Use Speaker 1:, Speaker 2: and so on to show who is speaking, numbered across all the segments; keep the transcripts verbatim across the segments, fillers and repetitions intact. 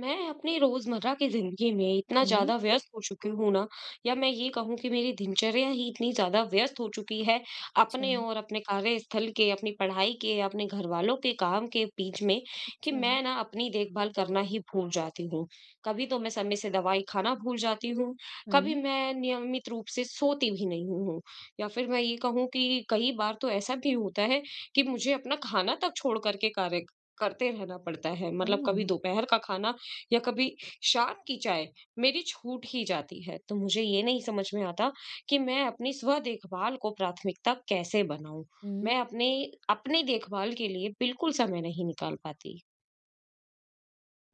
Speaker 1: मैं अपनी रोजमर्रा की जिंदगी में इतना
Speaker 2: हुँ।
Speaker 1: ज्यादा व्यस्त हो चुकी हूँ ना। या मैं ये कहूँ कि मेरी दिनचर्या ही इतनी ज्यादा व्यस्त हो चुकी है।
Speaker 2: अच्छा,
Speaker 1: अपने और अपने कार्यस्थल के, अपनी पढ़ाई के, अपने घर वालों के काम के बीच में कि
Speaker 2: अच्छा।
Speaker 1: मैं ना अपनी देखभाल करना ही भूल जाती हूँ। कभी तो मैं समय से दवाई खाना भूल जाती हूँ, कभी
Speaker 2: हुँ।
Speaker 1: मैं नियमित रूप से सोती भी नहीं हूँ। या फिर मैं ये कहूँ कि कई बार तो ऐसा भी होता है कि मुझे अपना खाना तक छोड़ करके कार्य करते रहना पड़ता है। मतलब
Speaker 2: ओह!
Speaker 1: कभी दोपहर का खाना या कभी शाम की चाय मेरी छूट ही जाती है। तो मुझे ये नहीं समझ में आता कि मैं अपनी स्व देखभाल को प्राथमिकता कैसे बनाऊं।
Speaker 2: हुँ।
Speaker 1: मैं अपने अपनी देखभाल के लिए बिल्कुल समय नहीं निकाल पाती।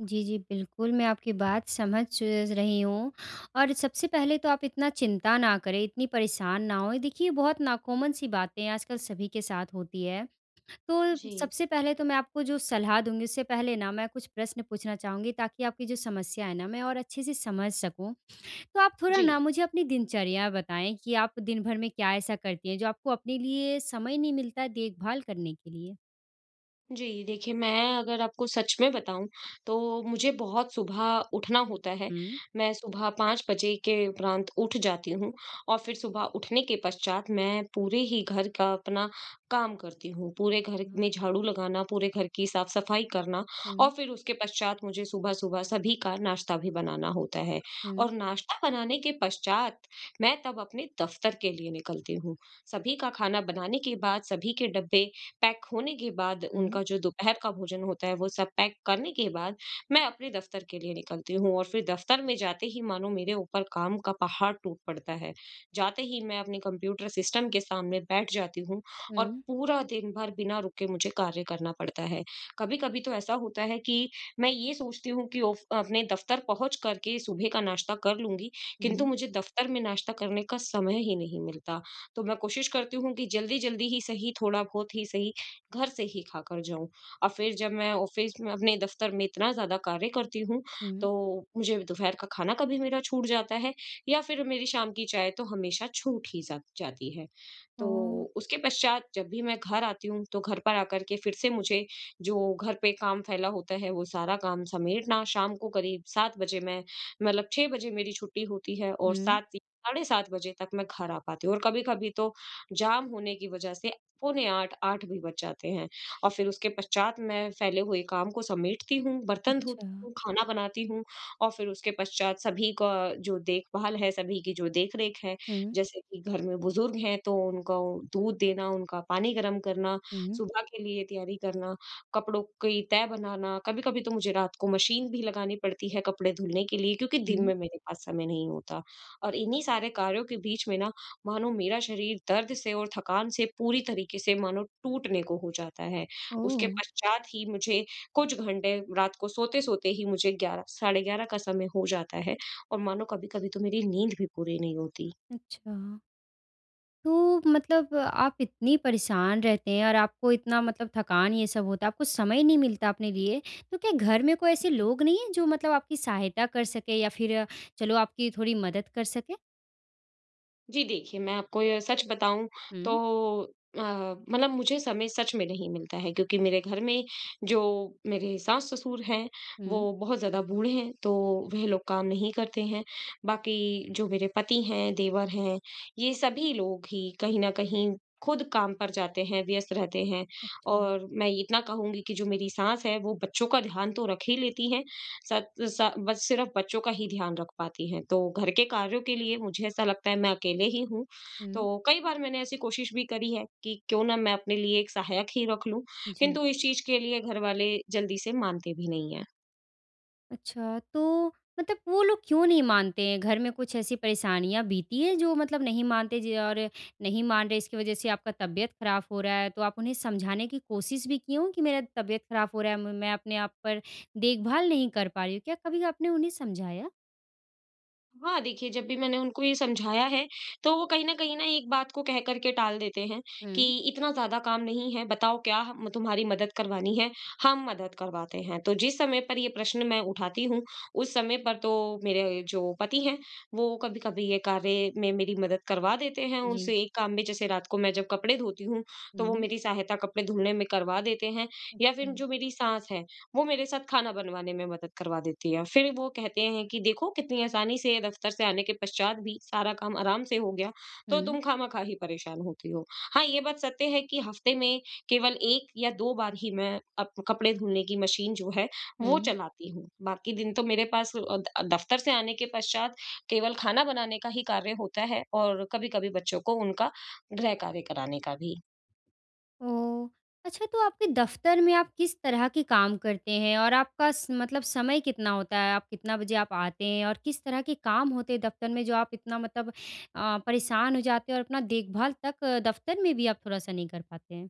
Speaker 2: जी, जी, बिल्कुल, मैं आपकी बात समझ रही हूँ। और सबसे पहले तो आप इतना चिंता ना करें, इतनी परेशान ना होएँ। देखिए, ये बहुत ना कॉमन सी बातें आजकल सभी के साथ होती है। तो
Speaker 1: जी।
Speaker 2: सबसे पहले तो मैं आपको जो सलाह दूँगी, उससे पहले ना मैं कुछ प्रश्न पूछना चाहूँगी ताकि आपकी जो समस्या है ना, मैं और अच्छे से समझ सकूँ। तो आप थोड़ा ना
Speaker 1: जी।
Speaker 2: मुझे अपनी दिनचर्या बताएँ कि आप दिन भर में क्या ऐसा करती हैं, जो आपको अपने लिए समय नहीं मिलता है देखभाल करने के लिए?
Speaker 1: जी, देखिए मैं अगर आपको सच में बताऊँ, तो मुझे बहुत सुबह उठना होता है।
Speaker 2: हुँ।
Speaker 1: मैं सुबह पाँच बजे के उपरांत उठ जाती हूँ और फिर सुबह उठने के पश्चात मैं पूरे ही घर का अपना काम करती हूँ। पूरे घर
Speaker 2: हाँ,
Speaker 1: में झाड़ू लगाना, पूरे घर की साफ-सफाई करना, और
Speaker 2: हुँ,
Speaker 1: फिर उसके पश्चात मुझे सुबह-सुबह सभी का नाश्ता भी बनाना होता है।
Speaker 2: हुँ,
Speaker 1: और नाश्ता बनाने के पश्चात मैं तब अपने दफ़्तर के लिए निकलती हूँ। सभी का खाना बनाने के बाद, सभी के डब्बे पैक होने के बाद,
Speaker 2: हुँ,
Speaker 1: उनका जो दोपहर का भोजन होता है वो सब पैक करने के बाद मैं अपने दफ्तर के लिए निकलती हूँ। और फिर दफ्तर में जाते ही मानो मेरे ऊपर काम का पहाड़ टूट पड़ता है। जाते ही मैं अपने कंप्यूटर सिस्टम के सामने बैठ जाती हूँ
Speaker 2: हुँ,
Speaker 1: और पूरा दिन भर बिना रुके मुझे कार्य करना पड़ता है। कभी कभी तो ऐसा होता है कि मैं ये सोचती हूँ कि ऑफ- अपने दफ्तर पहुंच करके सुबह का नाश्ता कर लूंगी, किंतु
Speaker 2: जी,
Speaker 1: मुझे दफ्तर में नाश्ता करने का समय ही नहीं मिलता। तो मैं कोशिश करती हूँ कि जल्दी जल्दी ही सही, थोड़ा बहुत ही सही, घर से ही खाकर जाऊँ। और फिर जब मैं ऑफ़िस में अपने दफ़्तर में इतना ज़्यादा कार्य करती हूँ,
Speaker 2: हुँ,
Speaker 1: तो मुझे दोपहर का खाना कभी मेरा छूट जाता है या फिर मेरी शाम की चाय तो हमेशा छूट ही जा जाती है। तो
Speaker 2: ओह!
Speaker 1: उसके पश्चात जब भी मैं घर आती हूँ, तो घर पर आकर के फिर से मुझे जो घर पे काम फैला होता है, वो सारा काम समेटना। शाम को करीब सात बजे मैं, मतलब छह बजे मेरी छुट्टी होती है और
Speaker 2: हुँ,
Speaker 1: सात साढ़े सात बजे तक मैं घर आ पाती हूँ, और कभी-कभी तो जाम होने की वज़ह से पौने आठ, आठ भी बज जाते हैं। और फिर उसके पश्चात मैं फैले हुए काम को समेटती हूँ, बर्तन
Speaker 2: अच्छा,
Speaker 1: धोती हूँ, खाना बनाती हूँ, और फिर उसके पश्चात सभी का जो देखभाल है, सभी की जो देख-रेख है,
Speaker 2: हुँ,
Speaker 1: जैसे कि घर में बुजुर्ग हैं तो उनको दूध देना, उनका पानी गर्म करना,
Speaker 2: हुँ,
Speaker 1: सुबह के लिए तैयारी करना, कपड़ों की तह बनाना। कभी-कभी तो मुझे रात को मशीन भी लगानी पड़ती है कपड़े धुलने के लिए, क्योंकि दिन
Speaker 2: हुँ,
Speaker 1: में मेरे पास समय नहीं होता। और इन्हीं सारे कार्यों के बीच में ना मानो मेरा शरीर दर्द से और थकान से पूरी तरीके से मानो टूटने को हो जाता है। उसके
Speaker 2: ओह!
Speaker 1: पश्चात ही मुझे कुछ घंटे रात को सोते-सोते ही मुझे ग्यारह साढ़े ग्यारह का समय हो जाता है, और मानो कभी-कभी तो मेरी नींद भी पूरी नहीं होती।
Speaker 2: अच्छा, तो मतलब आप इतनी परेशान रहते हैं और आपको इतना मतलब थकान ये सब होता है, आपको समय नहीं मिलता अपने लिए, तो क्या घर में कोई ऐसे लोग नहीं हैं जो मतलब आपकी सहायता कर सकें या फिर अ, चलो आपकी थोड़ी मदद कर सकें?
Speaker 1: जी, देखिए, मैं आपको ये सच बताऊँ तो
Speaker 2: हुँ,
Speaker 1: अ, मतलब मुझे समय सच में नहीं मिलता है, क्योंकि मेरे घर में जो मेरे सास-ससुर हैं, वो
Speaker 2: हुँ,
Speaker 1: बहुत ज़्यादा बूढ़े हैं, तो वह लोग काम नहीं करते हैं। बाकी जो मेरे पति हैं, देवर हैं, ये सभी लोग ही कहीं न कहीं खुद काम पर जाते हैं, व्यस्त रहते हैं।
Speaker 2: अच्छा,
Speaker 1: और मैं इतना कहूँगी कि जो मेरी सास है, वो बच्चों का ध्यान तो रख ही लेती हैं, सत सा बस सिर्फ़ बच्चों का ही ध्यान रख पाती हैं। तो घर के कार्यों के लिए मुझे ऐसा लगता है मैं अकेले ही हूँ। तो
Speaker 2: हुँ,
Speaker 1: कई बार मैंने ऐसी कोशिश भी करी है कि क्यों ना मैं अपने लिए एक सहायक ही रख लूँ,
Speaker 2: जी।
Speaker 1: किंतु इस चीज़ के लिए घरवाले जल्दी से मानते भी नहीं हैं।
Speaker 2: अच्छा, तो मतलब वो लोग क्यों नहीं मानते हैं? घर में कुछ ऐसी परेशानियाँ बीती है जो मतलब नहीं मानते जी और नहीं मान रहे इसकी वज़ह से आपका तबीयत ख़राब हो रहा है, तो आप उन्हें समझाने की कोशिश भी किए हो कि मेरा तबीयत ख़राब हो रहा है, म मैं अपने आप पर देखभाल नहीं कर पा रही हूँ? क्या कभी आपने उन्हें समझाया?
Speaker 1: हाँ, देखिए जब भी मैंने उनको ये समझाया है, तो वो कहीं न कहीं ना एक बात को कह कर के टाल देते हैं कि
Speaker 2: हुँ।
Speaker 1: इतना ज़्यादा काम नहीं है, बताओ क्या हम तुम्हारी मदद करवानी है, हम मदद करवाते हैं। तो जिस समय पर ये प्रश्न मैं उठाती हूँ, उस समय पर तो मेरे जो पति हैं, वो कभी-कभी ये कार्य में मेरी मदद करवा देते हैं। उस
Speaker 2: जी।
Speaker 1: एक काम में जैसे रात को मैं जब कपड़े धोती हूँ, तो वो
Speaker 2: हुँ।
Speaker 1: मेरी सहायता कपड़े धुलने में करवा देते हैं, या
Speaker 2: अच्छा।
Speaker 1: फिर जो मेरी सास है वो मेरे साथ खाना बनवाने में मदद करवा देती है। फिर वो कहते हैं कि देखो कितनी आसानी से दफ्तर से आने के पश्चात भी सारा काम आराम से हो गया, तो
Speaker 2: हुँ,
Speaker 1: तुम खामखा ही परेशान होती हो। हाँ, ये बात सत्य है कि हफ्ते में केवल एक या दो बार ही मैं अप कपड़े धुलने की मशीन जो है वो
Speaker 2: हुँ।
Speaker 1: चलाती हूँ। बाकी दिन तो मेरे पास अ, द दफ्तर से आने के पश्चात केवल खाना बनाने का ही कार्य होता है, और कभी-कभी बच्चों को उनका गृह कार्य कराने का भी।
Speaker 2: ओह! अच्छा, तो आपके दफ़्तर में आप किस तरह के काम करते हैं? और आपका स मतलब समय कितना होता है? आप कितना बजे आप आते हैं? और किस तरह के काम होते हैं दफ़्तर में जो आप इतना मतलब अ, परेशान हो जाते हैं और अपना देखभाल तक दफ़्तर में भी आप थोड़ा-सा नहीं कर पाते हैं?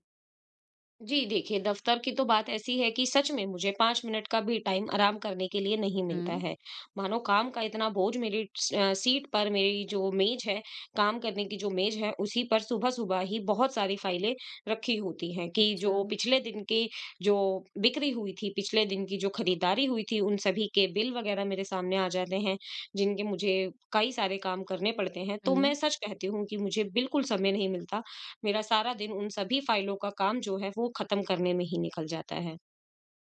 Speaker 1: जी, देखिए दफ़्तर की तो बात ऐसी है कि सच में मुझे पाँच मिनट का भी टाइम आराम करने के लिए नहीं मिलता
Speaker 2: हुँ।
Speaker 1: है। मानो काम का इतना बोझ मेरी स अ, सीट पर, मेरी जो मेज़ है, काम करने की जो मेज़ है, उसी पर सुबह-सुबह ही बहुत सारी फाइलें रखी होती हैं कि
Speaker 2: अच्छा।
Speaker 1: जो पिछले दिन की जो बिक्री हुई थी, पिछले दिन की जो खरीदारी हुई थी, उन सभी के बिल वग़ैरह मेरे सामने आ जाते हैं, जिनके मुझे कई सारे काम करने पड़ते हैं। तो मैं
Speaker 2: हुँ।
Speaker 1: सच कहती हूँ कि मुझे बिल्कुल समय नहीं मिलता। मेरा सारा दिन उन सभी फाइलों का काम जो है वो खत्म करने में ही निकल जाता है।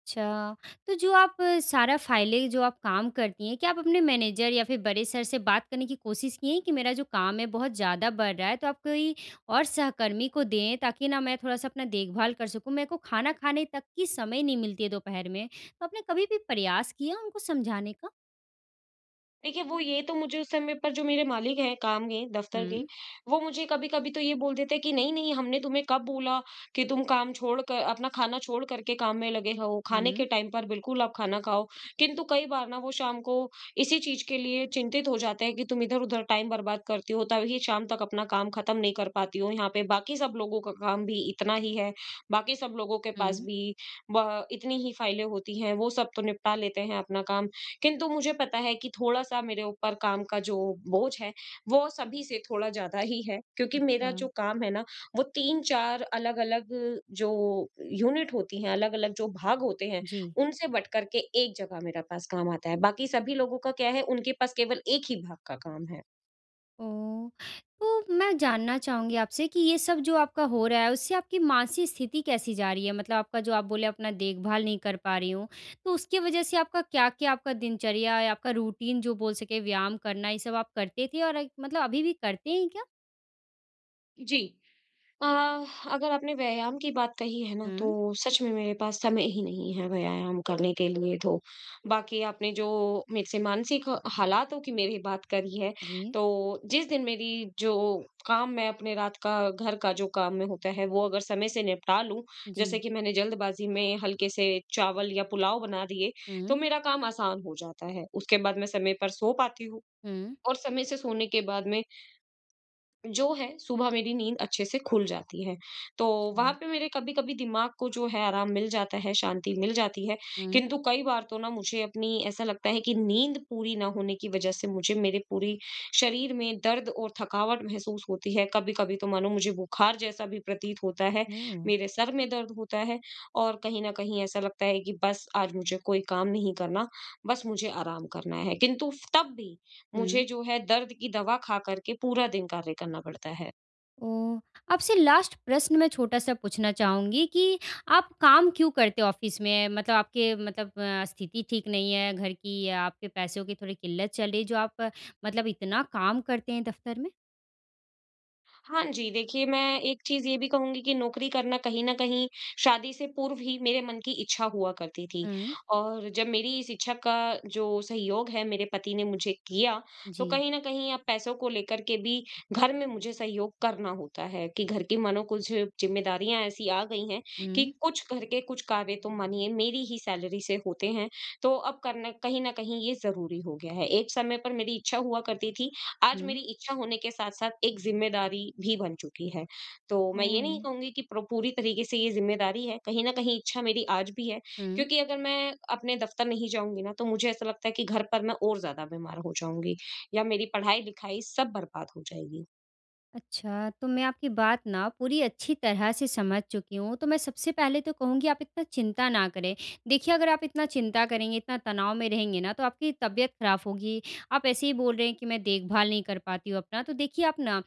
Speaker 2: अच्छा, तो जो आप अ, सारा फ़ाइलें जो आप काम करती हैं, क्या आप अपने मैनेजर या फिर बड़े सर से बात करने की कोशिश की हैं कि मेरा जो काम है बहुत ज़्यादा बढ़ रहा है, तो आप कोई और सहकर्मी को दें ताकि ना मैं थोड़ा-सा अपना देखभाल कर सकूँ, मेरे को खाना खाने तक की समय नहीं मिलती है दोपहर में। तो आपने कभी भी प्रयास किया उनको समझाने का?
Speaker 1: देखिए, वो ये तो मुझे उस समय पर जो मेरे मालिक हैं काम के, दफ़्तर के,
Speaker 2: हुँ,
Speaker 1: वो मुझे कभी-कभी तो ये बोल देते कि नहीं, नहीं हमने तुम्हें कब बोला कि तुम काम छोड़ कर, अपना खाना छोड़ करके काम में लगे हो, खाने के
Speaker 2: हुँ,
Speaker 1: टाइम पर बिल्कुल आप खाना खाओ। किंतु कई बार ना वो शाम को इसी चीज़ के लिए चिंतित हो जाते हैं कि तुम इधर-उधर टाइम बर्बाद करती हो, तभी शाम तक अपना काम खत्म नहीं कर पाती हो। यहाँ पे बाकी सब लोगों का काम भी इतना ही है, बाकी सब लोगों के पास
Speaker 2: हुँ।
Speaker 1: भी ब इतनी ही फाइलें होती हैं, वो सब तो निपटा लेते हैं अपना काम। किंतु मुझे पता है कि थोड़ा-सा मेरे ऊपर काम का जो बोझ है, वो सभी से थोड़ा ज़्यादा ही है, क्योंकि मेरा
Speaker 2: अच्छा,
Speaker 1: जो काम है ना, वो तीन चार अलग-अलग जो यूनिट होती हैं, अलग-अलग जो भाग होते हैं,
Speaker 2: जी।
Speaker 1: उनसे बट कर के एक जगह मेरे पास काम आता है। बाकी सभी लोगों का क्या है, उनके पास केवल एक ही भाग का काम है।
Speaker 2: ओह! तो मैं जानना चाहूँगी आपसे कि ये सब जो आपका हो रहा है, उससे आपकी मानसिक स्थिति कैसी जा रही है? मतलब आपका जो आप बोले अपना देखभाल नहीं कर पा रही हूँ, तो उसकी वजह से आपका क्या-क्या आपका दिनचर्या या आपका रूटीन जो बोल सके व्यायाम करना, ये सब आप करते थे और एक- मतलब अभी भी करते हैं क्या?
Speaker 1: जी। अ, अगर आपने व्यायाम की बात कही है ना, तो
Speaker 2: हुँ,
Speaker 1: सच में मेरे पास समय ही नहीं है व्यायाम करने के लिए। तो बाकी आपने जो मेरे से मानसिक हालातों की मेरी बात करी है,
Speaker 2: जी।
Speaker 1: तो जिस दिन मेरी जो काम मैं अपने रात का घर का जो काम में होता है वो अगर समय से निपटा लूं, जैसे
Speaker 2: जी।
Speaker 1: कि मैंने जल्दबाजी में हल्के से चावल या पुलाव बना दिए, तो
Speaker 2: हुँ,
Speaker 1: मेरा काम आसान हो जाता है। उसके बाद मैं समय पर सो पाती हूँ,
Speaker 2: हुँ।
Speaker 1: और समय से सोने के बाद में जो है सुबह मेरी नींद अच्छे से खुल जाती है। तो
Speaker 2: अच्छा।
Speaker 1: वहाँ पे मेरे कभी-कभी दिमाग को जो है आराम मिल जाता है, शांति मिल जाती है।
Speaker 2: हुँ,
Speaker 1: किंतु कई बार तो ना मुझे अपनी ऐसा लगता है कि नींद पूरी ना होने की वज़ह से मुझे मेरे पूरी शरीर में दर्द और थकावट महसूस होती है। कभी-कभी तो मानो मुझे बुखार जैसा भी प्रतीत होता है,
Speaker 2: ओह!
Speaker 1: मेरे सर में दर्द होता है, और कहीं न कहीं ऐसा लगता है कि बस आज मुझे कोई काम नहीं करना, बस मुझे आराम करना है। किंतु तब भी मुझे
Speaker 2: हुँ।
Speaker 1: जो है दर्द की दवा खा कर के पूरा दिन कार्य करना पड़ता है।
Speaker 2: ओह! आपसे लास्ट प्रश्न मैं छोटा-सा पूछना चाहूँगी कि आप काम क्यों करते हो ऑफ़िस में? मतलब आपके मतलब अ, स्थिति ठीक नहीं है घर की या आपके पैसों की थोड़ी किल्लत चल रही है जो आप अ, मतलब इतना काम करते हैं दफ़्तर में?
Speaker 1: हाँ जी, देखिए मैं एक चीज़ ये भी कहूँगी कि नौकरी करना कहीं न कहीं शादी से पूर्व ही मेरे मन की इच्छा हुआ करती थी,
Speaker 2: हुँ,
Speaker 1: और जब मेरी इस इच्छा का जो सहयोग है मेरे पति ने मुझे किया, तो
Speaker 2: जी।
Speaker 1: कहीं न कहीं अब पैसों को लेकर के भी घर में मुझे सहयोग करना होता है कि घर की मानो कुछ ज़िम्मेदारियाँ ऐसी आ गई हैं कि
Speaker 2: हुँ,
Speaker 1: कुछ घर के कुछ कार्य तो मानिए मेरी ही सैलरी से होते हैं, तो अब करना कहीं न कहीं ये ज़रूरी हो गया है। एक समय पर मेरी इच्छा हुआ करती थी, आज मेरी
Speaker 2: हुँ।
Speaker 1: इच्छा होने के साथ-साथ एक ज़िम्मेदारी भी बन चुकी है। तो मैं ये
Speaker 2: ओह!
Speaker 1: नहीं कहूँगी कि प्र पूरी तरीके से ये ज़िम्मेदारी है, कहीं न कहीं इच्छा मेरी आज भी है,
Speaker 2: हुँ।
Speaker 1: क्योंकि अगर मैं अपने दफ़्तर नहीं जाऊँगी ना, तो मुझे ऐसा लगता है कि घर पर मैं और ज़्यादा बीमार हो जाऊँगी या मेरी पढ़ाई-लिखाई सब बर्बाद हो जाएगी।
Speaker 2: अच्छा, तो मैं आपकी बात ना पूरी अच्छी तरह से समझ चुकी हूँ। तो मैं सबसे पहले तो कहूँगी आप इतना चिंता ना करें। देखिए, अगर आप इतना चिंता करेंगे, इतना तनाव में रहेंगे ना तो आपकी तबीयत ख़राब होगी। आप ऐसे ही बोल रहे हैं कि मैं देखभाल नहीं कर पाती हूँ अपना। तो देखिए आप ना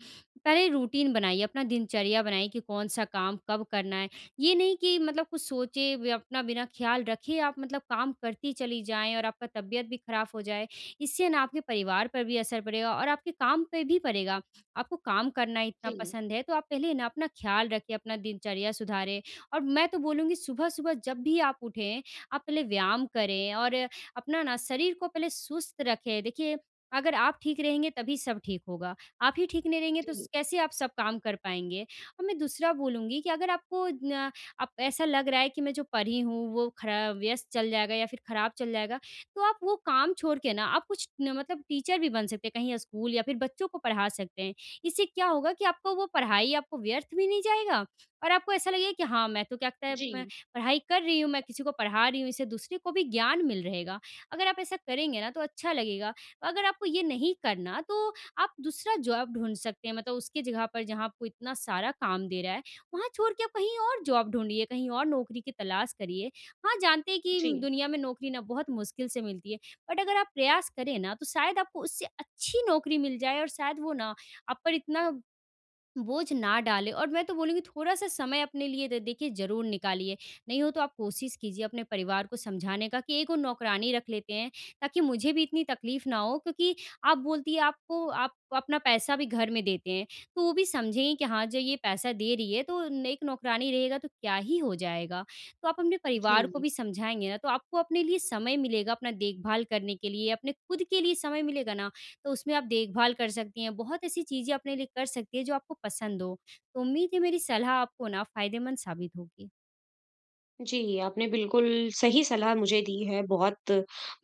Speaker 2: पहले रूटीन बनाइए, अपना दिनचर्या बनाइए कि कौन-सा काम कब करना है। ये नहीं कि मतलब कुछ सोचे ब अपना बिना ख़्याल रखे आप मतलब काम करती चली जाएँ और आपका तबीयत भी ख़राब हो जाए। इससे ना आपके परिवार पर भी असर पड़ेगा और आपके काम पे भी पड़ेगा। आपको काम करना इतना
Speaker 1: जी,
Speaker 2: पसंद है, तो आप पहले ना अपना ख़्याल रखें, अपना दिनचर्या सुधारें। और मैं तो बोलूँगी सुबह-सुबह जब भी आप उठें, आप पहले व्यायाम करें और अपना ना शरीर को पहले सुस्त रखें। देखिए, अगर आप ठीक रहेंगे तभी सब ठीक होगा। आप ही ठीक नहीं रहेंगे तो स
Speaker 1: जी,
Speaker 2: कैसे आप सब काम कर पाएँगे? और मैं दूसरा बोलूँगी कि अगर आपको न आप ऐसा लग रहा है कि मैं जो पढ़ी हूँ, वो खरा व्यस्त चल जाएगा या फिर ख़राब चल जाएगा, तो आप वो काम छोड़ के ना आप कुछ न मतलब टीचर भी बन सकते हैं, कहीं स्कूल या फिर बच्चों को पढ़ा सकते हैं। इससे क्या होगा कि आपको वो पढ़ाई आपको व्यर्थ भी नहीं जाएगा और आपको ऐसा लगेगा कि हाँ, मैं तो क्या कहता है मैं
Speaker 1: जी,
Speaker 2: पढ़ाई कर रही हूँ, मैं किसी को पढ़ा रही हूँ, इससे दूसरे को भी ज्ञान मिल रहेगा। अगर आप ऐसा करेंगे ना तो अच्छा लगेगा। अगर आपको ये नहीं करना तो आप दूसरा जॉब ढूँढ सकते हैं मतलब उसकी जगह पर जहाँ आपको इतना सारा काम दे रहा है, वहाँ छोड़ के आप कहीं और जॉब ढूँढिए, कहीं और नौकरी की तलाश करिए। हाँ, जानते हैं कि
Speaker 1: जी।
Speaker 2: दुनिया में नौकरी ना बहुत मुश्किल से मिलती है, बट अगर आप प्रयास करें ना तो शायद आपको उससे अच्छी नौकरी मिल जाए और शायद वो ना आप पर इतना बोझ ना डालें। और मैं तो बोलूँगी थोड़ा-सा समय अपने लिए दे देखिए ज़रूर निकालिए। नहीं हो तो आप कोशिश कीजिए अपने परिवार को समझाने का कि एक और नौकरानी रख लेते हैं, ताकि मुझे भी इतनी तकलीफ़ ना हो क्योंकि आप बोलती है आपको आप अपना पैसा भी घर में देते हैं, तो वो भी समझेंगी कि हाँ, जो ये पैसा दे रही है तो न एक नौकरानी रहेगा तो क्या ही हो जाएगा? तो आप अपने परिवार को
Speaker 1: जी,
Speaker 2: भी समझाएँगे ना तो आपको अपने लिए समय मिलेगा, अपना देखभाल करने के लिए, अपने खुद के लिए समय मिलेगा ना, तो उसमें आप देखभाल कर सकती हैं। बहुत ऐसी चीज़ें अपने लिए कर सकती हैं जो आपको पसंद हो। तो उम्मीद है मेरी सलाह आपको ना फ़ायदेमंद साबित होगी।
Speaker 1: जी, आपने बिल्कुल सही सलाह मुझे दी है, बहुत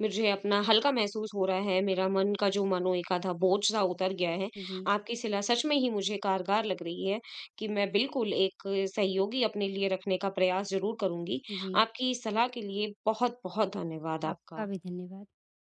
Speaker 1: मुझे अपना हल्का महसूस हो रहा है, मेरा मन का जो मनोएकाधा बोझ-सा उतर गया है।
Speaker 2: जी।
Speaker 1: आपकी सलाह सच में ही मुझे कारगर लग रही है कि मैं बिल्कुल एक सहयोगी अपने लिए रखने का प्रयास ज़रूर करूँगी।
Speaker 2: जी।
Speaker 1: आपकी इस सलाह के लिए बहुत-बहुत धन्यवाद आपका।
Speaker 2: आपका भी धन्यवाद।